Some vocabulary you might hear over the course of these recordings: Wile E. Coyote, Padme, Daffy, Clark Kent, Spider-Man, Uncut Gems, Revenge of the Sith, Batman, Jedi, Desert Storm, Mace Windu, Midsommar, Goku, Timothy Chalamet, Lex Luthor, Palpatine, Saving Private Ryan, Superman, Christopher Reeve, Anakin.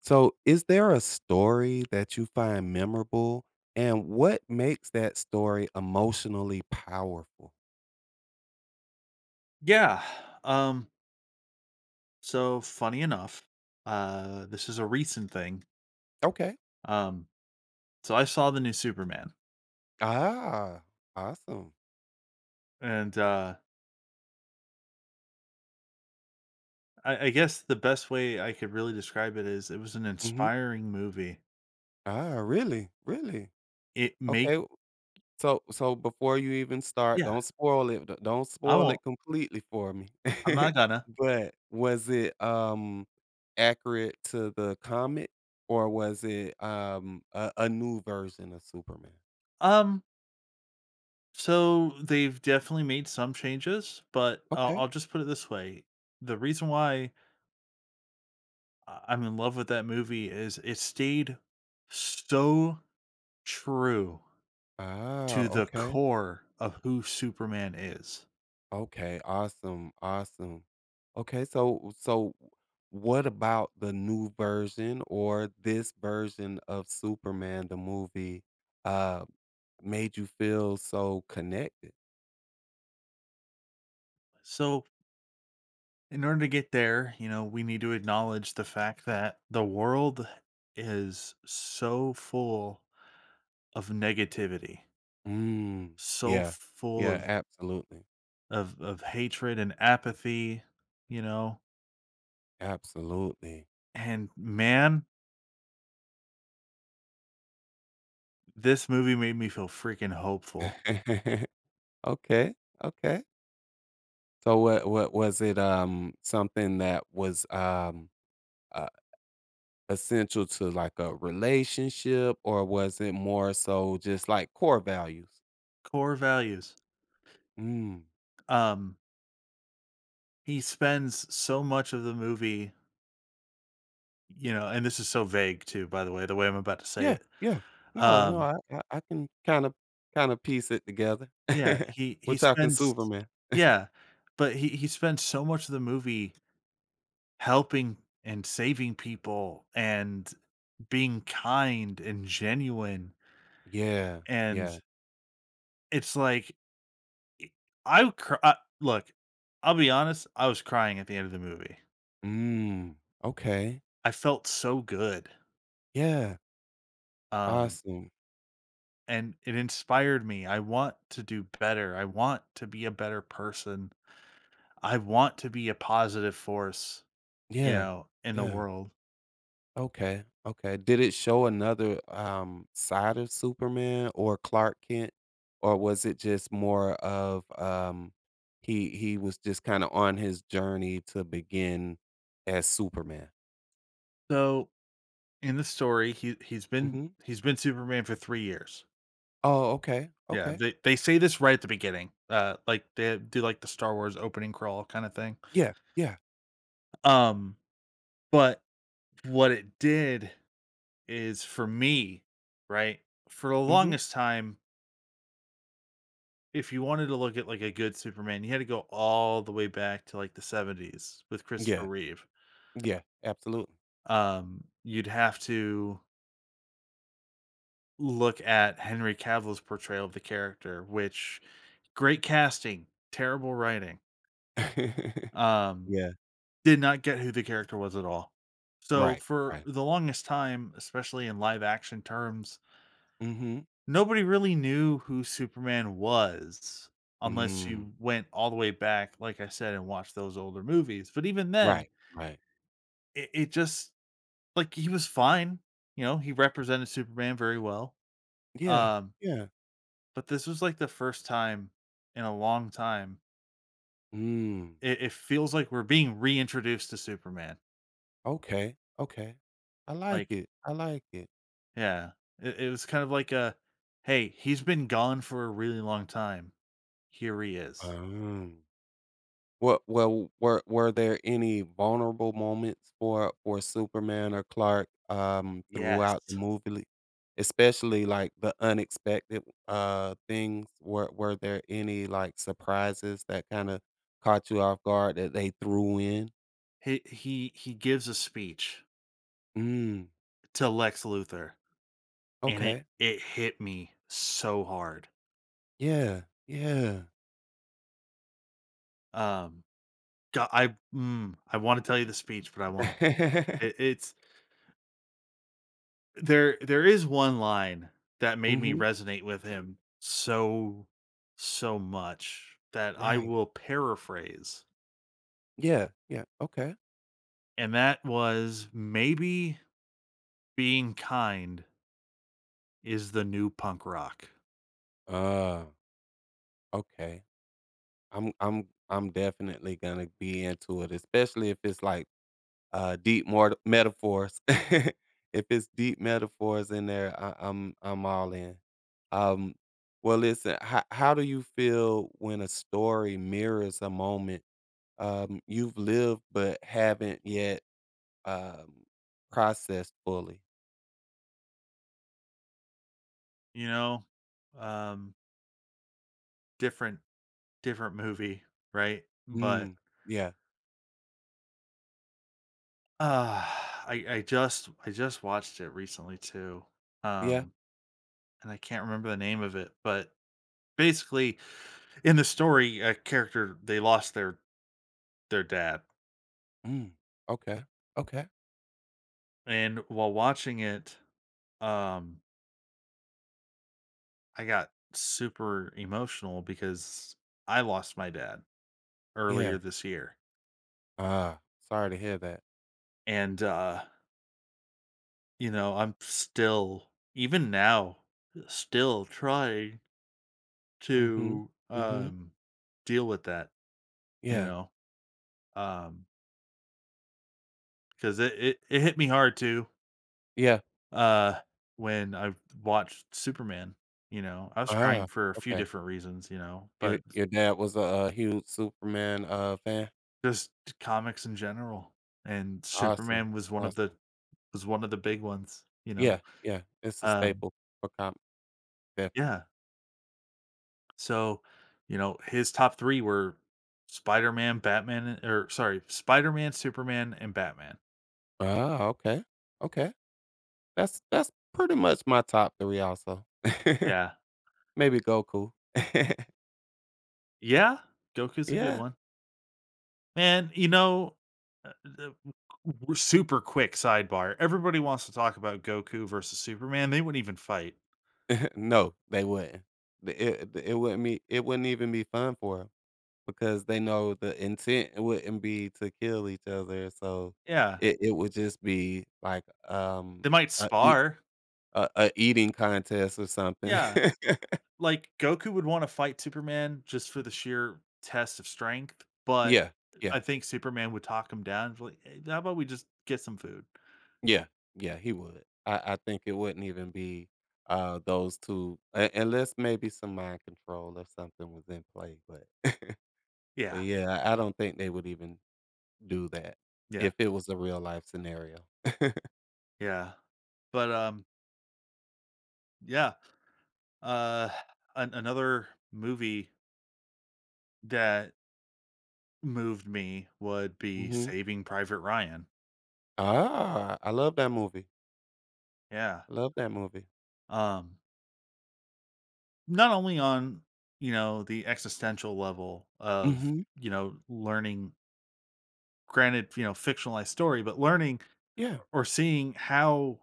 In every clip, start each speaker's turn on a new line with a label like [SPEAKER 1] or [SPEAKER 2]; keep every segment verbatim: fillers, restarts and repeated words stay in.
[SPEAKER 1] So, is there a story that you find memorable, and what makes that story emotionally powerful?
[SPEAKER 2] Yeah. Um, so funny enough, uh, this is a recent thing.
[SPEAKER 1] Okay.
[SPEAKER 2] Um, so I saw the new Superman,
[SPEAKER 1] Ah, awesome.
[SPEAKER 2] and uh, I, I guess the best way I could really describe it is it was an
[SPEAKER 1] Mhm.
[SPEAKER 2] inspiring movie.
[SPEAKER 1] Ah, really? Really?
[SPEAKER 2] It
[SPEAKER 1] Okay,
[SPEAKER 2] make
[SPEAKER 1] w- so so before you even start,
[SPEAKER 2] yeah,
[SPEAKER 1] don't spoil it d don't
[SPEAKER 2] I
[SPEAKER 1] spoil
[SPEAKER 2] won't.
[SPEAKER 1] it completely for me.
[SPEAKER 2] I'm not gonna.
[SPEAKER 1] But was it, um, accurate to the comic, or was it, um, a a new version of Superman?
[SPEAKER 2] Um, so they've definitely made some changes, but I'll,
[SPEAKER 1] Okay.
[SPEAKER 2] I'll just put it this way: the reason why I- I'm in love with that movie is it stayed so true
[SPEAKER 1] Ah,
[SPEAKER 2] to the
[SPEAKER 1] okay.
[SPEAKER 2] core of who Superman is.
[SPEAKER 1] Okay, awesome, awesome. Okay, so so what about the new version or this version of Superman the movie uh made you feel so connected?
[SPEAKER 2] So, in order to get there, you know, we need to acknowledge the fact that the world is so full of negativity,
[SPEAKER 1] Mm,
[SPEAKER 2] so
[SPEAKER 1] yeah.
[SPEAKER 2] full
[SPEAKER 1] Yeah,
[SPEAKER 2] of
[SPEAKER 1] absolutely.
[SPEAKER 2] of of hatred and apathy, you know.
[SPEAKER 1] Absolutely.
[SPEAKER 2] And man, this movie made me feel freaking hopeful.
[SPEAKER 1] Okay, okay. So what what was it, um something that was um uh, essential to, like, a relationship, or was it more so just like core values?
[SPEAKER 2] Core values.
[SPEAKER 1] Mm.
[SPEAKER 2] Um he spends so much of the movie, you know, and this is so vague too, by the way, the way I'm about to say
[SPEAKER 1] Yeah,
[SPEAKER 2] it.
[SPEAKER 1] yeah. No, no,
[SPEAKER 2] Um
[SPEAKER 1] I I I can kinda kinda
[SPEAKER 2] Y
[SPEAKER 1] piece it together.
[SPEAKER 2] Yeah, he
[SPEAKER 1] We're
[SPEAKER 2] he
[SPEAKER 1] talking
[SPEAKER 2] spends
[SPEAKER 1] Superman.
[SPEAKER 2] yeah, but he he spends so much of the movie helping and saving people and being kind and genuine,
[SPEAKER 1] Yeah,
[SPEAKER 2] and
[SPEAKER 1] yeah.
[SPEAKER 2] it's like, i I would cry uh, look, I'll be honest, I was crying at the end of the movie.
[SPEAKER 1] Mm, okay.
[SPEAKER 2] I felt so good,
[SPEAKER 1] Yeah,
[SPEAKER 2] um,
[SPEAKER 1] awesome.
[SPEAKER 2] and it inspired me. I want to do better. I want to be a better person. I want to be a positive force, you
[SPEAKER 1] Yeah,
[SPEAKER 2] know, in the
[SPEAKER 1] yeah.
[SPEAKER 2] world.
[SPEAKER 1] Okay, okay. Did it show another, um, side of Superman or Clark Kent, or was it just more of, um, he he was just kinda on his journey to begin as Superman?
[SPEAKER 2] So in the story, he he's been
[SPEAKER 1] Mhm.
[SPEAKER 2] he's been Superman for three years.
[SPEAKER 1] Oh, okay,
[SPEAKER 2] Yeah,
[SPEAKER 1] okay.
[SPEAKER 2] they they say this right at the beginning, uh, like, they do, like, the Star Wars opening crawl kinda thing.
[SPEAKER 1] Yeah, yeah,
[SPEAKER 2] Um, but what it did is for me, right, for the
[SPEAKER 1] mhm,
[SPEAKER 2] longest time, if you wanted to look at, like, a good Superman, you had to go all the way back to, like, the seventies with Christopher
[SPEAKER 1] yeah,
[SPEAKER 2] Reeve.
[SPEAKER 1] yeah, absolutely.
[SPEAKER 2] Um, you'd have to look at Henry Cavill's portrayal of the character, which great casting, terrible writing. Um,
[SPEAKER 1] Yeah,
[SPEAKER 2] did not get who the character was at all. So
[SPEAKER 1] right,
[SPEAKER 2] for
[SPEAKER 1] right.
[SPEAKER 2] the longest time, especially in live action terms,
[SPEAKER 1] Mm. Mhm,
[SPEAKER 2] nobody really knew who Superman was unless
[SPEAKER 1] mm,
[SPEAKER 2] you went all the way back, like I said, and watched those older movies. But even then,
[SPEAKER 1] right, right,
[SPEAKER 2] it, it just like he was fine. You know, he represented Superman very well.
[SPEAKER 1] yeah,
[SPEAKER 2] Um,
[SPEAKER 1] yeah,
[SPEAKER 2] But this was, like, the first time in a long time.
[SPEAKER 1] mm,
[SPEAKER 2] It it feels like we're being reintroduced to Superman.
[SPEAKER 1] okay, okay, I like
[SPEAKER 2] Like
[SPEAKER 1] it, I like it.
[SPEAKER 2] yeah. It it was kind of like a, "Hey, he's been gone for a really long time. Here he is."
[SPEAKER 1] um Well, well, were were there any vulnerable moments for for Superman or Clark, um, throughout the
[SPEAKER 2] Yes.
[SPEAKER 1] movie? Especially, like, the unexpected, uh, things? Were were there any, like, surprises that kinda caught you off guard that they threw in?
[SPEAKER 2] He he he gives a speech
[SPEAKER 1] Mm,
[SPEAKER 2] to Lex Luthor, and it
[SPEAKER 1] okay.
[SPEAKER 2] it hit me so hard.
[SPEAKER 1] Yeah, yeah.
[SPEAKER 2] Um, God, I mm, I wanna tell you the speech, but I won't. It it's There there is one line that made me
[SPEAKER 1] Mhm.
[SPEAKER 2] resonate with him so, so much that I
[SPEAKER 1] Right.
[SPEAKER 2] will paraphrase,
[SPEAKER 1] Yeah, yeah, okay.
[SPEAKER 2] and that was, "Maybe being kind is the new punk rock."
[SPEAKER 1] Uh, okay. I'm I'm I'm definitely gonna be into it, especially if it's, like, uh, deep mort metaphors. If it's deep metaphors in there, I, I'm I'm all in. Um, well, listen, how, how do you feel when a story mirrors a moment, um, you've lived but haven't yet, um, processed fully?
[SPEAKER 2] You know? Um, Different different movie, right? But,
[SPEAKER 1] Mm, yeah,
[SPEAKER 2] uh I I just I just watched it recently too,
[SPEAKER 1] yeah.
[SPEAKER 2] um, and I can't remember the name of it, but basically, in the story, a character they lost their their dad.
[SPEAKER 1] Mm, okay, okay.
[SPEAKER 2] And while watching it, um, I got super emotional because I lost my dad earlier
[SPEAKER 1] Yeah.
[SPEAKER 2] this year.
[SPEAKER 1] Ah, sorry to hear that.
[SPEAKER 2] And, uh, you know, I'm still, even now, still trying
[SPEAKER 1] Mm-hmm.
[SPEAKER 2] to
[SPEAKER 1] Mm-hmm.
[SPEAKER 2] um, deal with that, you
[SPEAKER 1] Yeah.
[SPEAKER 2] know, um, because it, it, it hit me hard too
[SPEAKER 1] Yeah.
[SPEAKER 2] uh, when I watched Superman. You know, I was crying
[SPEAKER 1] Ah,
[SPEAKER 2] for a few
[SPEAKER 1] okay.
[SPEAKER 2] different reasons, you know, but
[SPEAKER 1] Your your dad was a, uh, huge Superman, uh, fan?
[SPEAKER 2] just comics in general, and
[SPEAKER 1] Awesome,
[SPEAKER 2] Superman was one of the
[SPEAKER 1] awesome.
[SPEAKER 2] was one of the big ones, you know?
[SPEAKER 1] Yeah, yeah, it's a
[SPEAKER 2] Um,
[SPEAKER 1] staple for comics,
[SPEAKER 2] yeah,
[SPEAKER 1] definitely.
[SPEAKER 2] so, you know, his top three were Spider-Man, Batman or sorry, Spider-Man, Superman, and Batman.
[SPEAKER 1] Ah, okay, okay. That's that's pretty much my top three also.
[SPEAKER 2] Yeah.
[SPEAKER 1] Maybe Goku.
[SPEAKER 2] Yeah, Goku's a good
[SPEAKER 1] Yeah.
[SPEAKER 2] one. Man, you know, uh, the w super quick sidebar, everybody wants to talk about Goku versus Superman, they wouldn't even fight.
[SPEAKER 1] No, they wouldn't. The it the it wouldn't be it wouldn't even be fun for them because they know the intent wouldn't be to kill each other, so
[SPEAKER 2] Yeah,
[SPEAKER 1] it it would just be like, um,
[SPEAKER 2] they might
[SPEAKER 1] a e
[SPEAKER 2] spar.
[SPEAKER 1] a a eating contest or something.
[SPEAKER 2] Yeah. Like, Goku would wanna fight Superman just for the sheer test of strength, but
[SPEAKER 1] Yeah,
[SPEAKER 2] I
[SPEAKER 1] yeah,
[SPEAKER 2] think Superman would talk him down, like, "Hey, how about we just get some food?"
[SPEAKER 1] yeah, yeah, he would. I I think it wouldn't even be, uh, those two, un unless maybe some mind control or something was in play, but but
[SPEAKER 2] Yeah,
[SPEAKER 1] yeah, I I don't think they would even do that
[SPEAKER 2] yeah,
[SPEAKER 1] if it was a real life scenario.
[SPEAKER 2] yeah. But, um, yeah, uh, an another movie that moved me would be
[SPEAKER 1] Mhm.
[SPEAKER 2] Saving Private Ryan.
[SPEAKER 1] Ah, I love that movie.
[SPEAKER 2] Yeah,
[SPEAKER 1] I love that movie.
[SPEAKER 2] um, not only on, you know, the existential level of,
[SPEAKER 1] Mhm.
[SPEAKER 2] you know, learning granted, you know, fictionalized story, but learning
[SPEAKER 1] Yeah.
[SPEAKER 2] or seeing how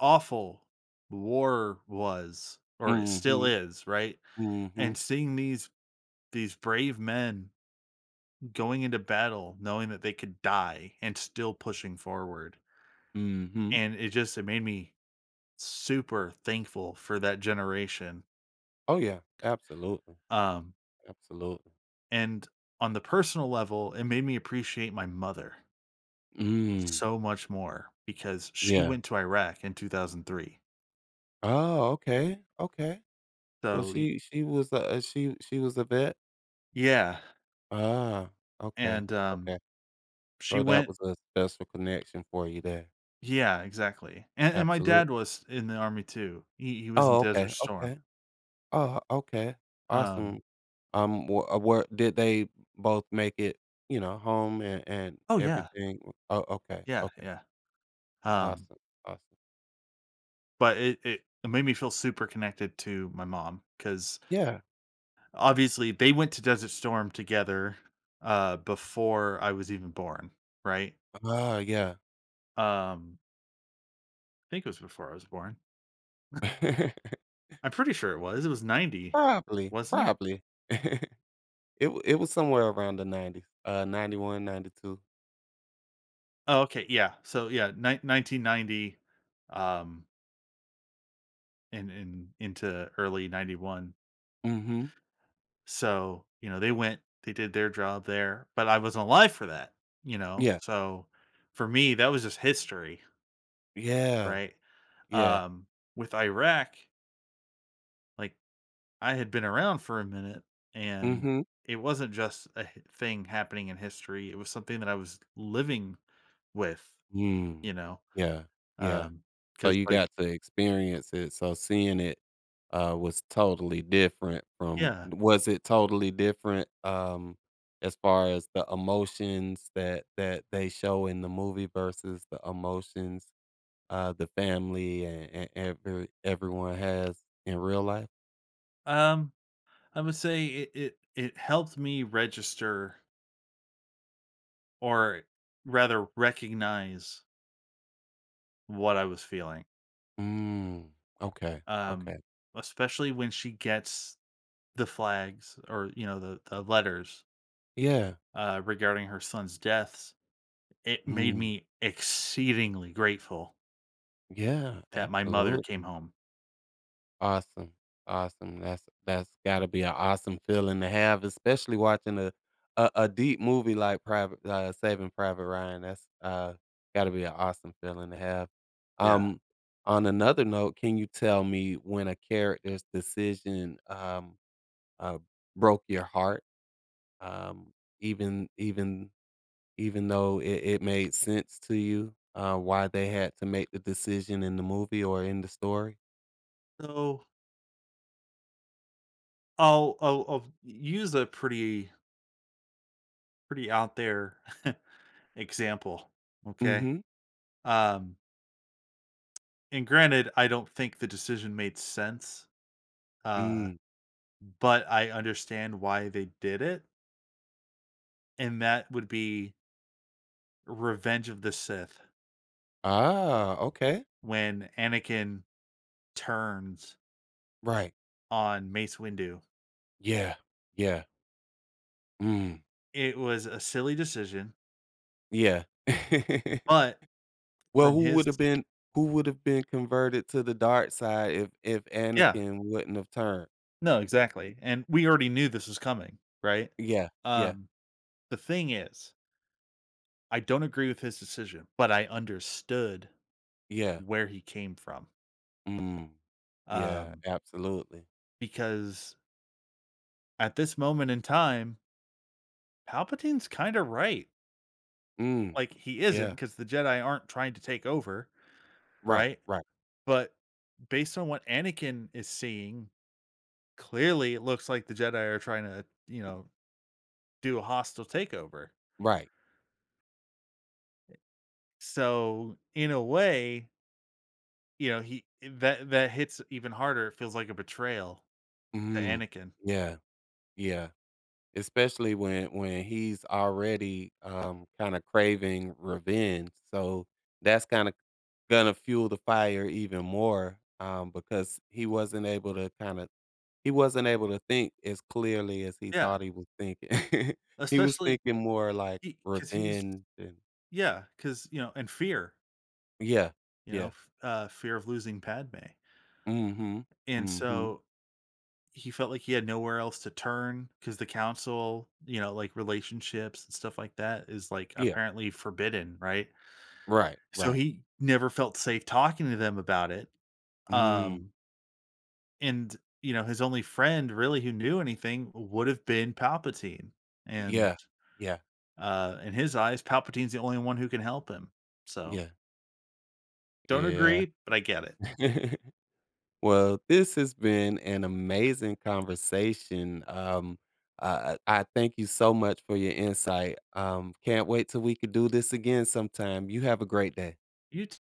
[SPEAKER 2] awful war was or it still
[SPEAKER 1] Mhm,
[SPEAKER 2] is, right?
[SPEAKER 1] mhm,
[SPEAKER 2] And seeing these these brave men going into battle knowing that they could die and still pushing forward.
[SPEAKER 1] mhm.
[SPEAKER 2] And it just it made me super thankful for that generation.
[SPEAKER 1] Oh, yeah, absolutely,
[SPEAKER 2] Um,
[SPEAKER 1] absolutely.
[SPEAKER 2] and on the personal level, it made me appreciate my mother
[SPEAKER 1] Mm,
[SPEAKER 2] so much more because she
[SPEAKER 1] yeah.
[SPEAKER 2] went to Iraq in twenty oh three.
[SPEAKER 1] Oh, okay, okay. So
[SPEAKER 2] So, y
[SPEAKER 1] she she was a a she she was a vet?
[SPEAKER 2] Yeah,
[SPEAKER 1] Ah, okay,
[SPEAKER 2] and, um,
[SPEAKER 1] okay.
[SPEAKER 2] she
[SPEAKER 1] So that
[SPEAKER 2] went
[SPEAKER 1] was a special connection for you there.
[SPEAKER 2] yeah, exactly, and and my dad
[SPEAKER 1] Absolutely.
[SPEAKER 2] was in the Army too. He he was in
[SPEAKER 1] Oh,
[SPEAKER 2] Desert
[SPEAKER 1] okay,
[SPEAKER 2] Storm.
[SPEAKER 1] okay. Oh, okay.
[SPEAKER 2] Um
[SPEAKER 1] Awesome. Um, wh- uh, where did they both make it, you know, home and and
[SPEAKER 2] Oh, yeah.
[SPEAKER 1] everything? Oh, okay,
[SPEAKER 2] Yeah,
[SPEAKER 1] okay.
[SPEAKER 2] yeah. Um,
[SPEAKER 1] Awesome, awesome.
[SPEAKER 2] but it it made me feel super connected to my mom because
[SPEAKER 1] Yeah.
[SPEAKER 2] obviously, they went to Desert Storm together, uh, before I was even born, right?
[SPEAKER 1] Ah, yeah.
[SPEAKER 2] Um, I think it was before I was born. I'm pretty sure it was. It was ninety,
[SPEAKER 1] Probably,
[SPEAKER 2] wasn't it?
[SPEAKER 1] probably. It w it was somewhere around the nineties, uh, ninety one, ninety two.
[SPEAKER 2] Oh, okay, yeah. So, yeah, nine nineteen ninety, um, and and into early ninety-one.
[SPEAKER 1] Mhm.
[SPEAKER 2] So, you know, they went, they did their job there, but I wasn't alive for that, you know?
[SPEAKER 1] Yeah.
[SPEAKER 2] So for me, that was just history,
[SPEAKER 1] Yeah.
[SPEAKER 2] right?
[SPEAKER 1] Yeah.
[SPEAKER 2] Um, with Iraq, like I had been around for a minute and
[SPEAKER 1] Mhm.
[SPEAKER 2] it wasn't just a h- thing happening in history. It was something that I was living with,
[SPEAKER 1] Mm.
[SPEAKER 2] you know?
[SPEAKER 1] Yeah. Yeah.
[SPEAKER 2] Um,
[SPEAKER 1] So
[SPEAKER 2] cause
[SPEAKER 1] you
[SPEAKER 2] like,
[SPEAKER 1] got to experience it, so seeing it, uh, was totally different from
[SPEAKER 2] yeah,
[SPEAKER 1] was it totally different, um, as far as the emotions that that they show in the movie versus the emotions, uh, the family and and every everyone has in real life?
[SPEAKER 2] um, I would say it, it, it helped me register or rather recognize what I was feeling,
[SPEAKER 1] Mm. Okay.
[SPEAKER 2] um,
[SPEAKER 1] Okay.
[SPEAKER 2] especially when she gets the flags or, you know, the the letters,
[SPEAKER 1] Yeah.
[SPEAKER 2] uh, regarding her son's deaths, it made
[SPEAKER 1] Mm.
[SPEAKER 2] me exceedingly grateful
[SPEAKER 1] Yeah.
[SPEAKER 2] that my mother came
[SPEAKER 1] Absolutely.
[SPEAKER 2] home.
[SPEAKER 1] Awesome, awesome. That's that's gotta be an awesome feeling to have, especially watching a a, a deep movie like Private uh, Saving Private Ryan. That's, uh, gotta be an awesome feeling to have.
[SPEAKER 2] Yeah.
[SPEAKER 1] Um, on another note, can you tell me when a character's decision, um uh, broke your heart? Um, even even even though it, it made sense to you, uh, why they had to make the decision in the movie or in the story?
[SPEAKER 2] So, I'll I'll I'll use a pretty pretty out there example, okay?
[SPEAKER 1] Mm-hmm.
[SPEAKER 2] Um, and granted, I don't think the decision made sense, uh,
[SPEAKER 1] Mm.
[SPEAKER 2] but I understand why they did it, and that would be Revenge of the Sith
[SPEAKER 1] Ah, okay.
[SPEAKER 2] when Anakin turns
[SPEAKER 1] Right.
[SPEAKER 2] on Mace Windu.
[SPEAKER 1] Yeah. Yeah. Mm.
[SPEAKER 2] It was a silly decision,
[SPEAKER 1] Yeah.
[SPEAKER 2] but
[SPEAKER 1] Well,
[SPEAKER 2] from
[SPEAKER 1] who would
[SPEAKER 2] his
[SPEAKER 1] have been who would have been converted to the dark side if if
[SPEAKER 2] yeah.
[SPEAKER 1] Anakin wouldn't have turned?
[SPEAKER 2] No, exactly, and we already knew this was coming, right?
[SPEAKER 1] Yeah. Yeah.
[SPEAKER 2] Um, the thing is, I don't agree with his decision, but I understood
[SPEAKER 1] Yeah.
[SPEAKER 2] where he came from,
[SPEAKER 1] Mm. Yeah,
[SPEAKER 2] um,
[SPEAKER 1] absolutely.
[SPEAKER 2] because at this moment in time, Palpatine's kinda right.
[SPEAKER 1] Mm.
[SPEAKER 2] Like, he isn't not
[SPEAKER 1] Yeah.
[SPEAKER 2] because the Jedi aren't trying to take over,
[SPEAKER 1] Right.
[SPEAKER 2] right?
[SPEAKER 1] Right.
[SPEAKER 2] But based on what Anakin is seeing, clearly it looks like the Jedi are trying to, you know, do a hostile takeover.
[SPEAKER 1] Right.
[SPEAKER 2] So in a way, you know, he that that hits even harder. It feels like a betrayal to
[SPEAKER 1] Mm.
[SPEAKER 2] Anakin.
[SPEAKER 1] Yeah. Yeah. Especially when when he's already, um, kinda craving revenge, so that's kinda gonna fuel the fire even more, um, because he wasn't able to kinda he wasn't able to think as clearly as he
[SPEAKER 2] Yeah,
[SPEAKER 1] thought he was thinking. He was
[SPEAKER 2] especially
[SPEAKER 1] thinking more like
[SPEAKER 2] because he, 'cause he was
[SPEAKER 1] revenge and
[SPEAKER 2] yeah, because you know, and fear,
[SPEAKER 1] yeah,
[SPEAKER 2] you know,
[SPEAKER 1] yeah.
[SPEAKER 2] f- uh, fear of losing Padme,
[SPEAKER 1] Mm, mhm,
[SPEAKER 2] and
[SPEAKER 1] mm, mhm.
[SPEAKER 2] so he felt like he had nowhere else to turn because the council, you know, like relationships and stuff like that is like
[SPEAKER 1] Yeah,
[SPEAKER 2] apparently forbidden, right?
[SPEAKER 1] right,
[SPEAKER 2] So
[SPEAKER 1] right.
[SPEAKER 2] he never felt safe talking to them about it.
[SPEAKER 1] Mm,
[SPEAKER 2] Um, and you know, his only friend really who knew anything would have been Palpatine. And
[SPEAKER 1] yeah, yeah,
[SPEAKER 2] uh in his eyes, Palpatine's the only one who can help him. So
[SPEAKER 1] yeah,
[SPEAKER 2] don't
[SPEAKER 1] yeah.
[SPEAKER 2] agree, but I get it.
[SPEAKER 1] Well, this has been an amazing conversation. Um, uh, I thank you so much for your insight. Um, can't wait till we could do this again sometime. You have a great day.
[SPEAKER 2] You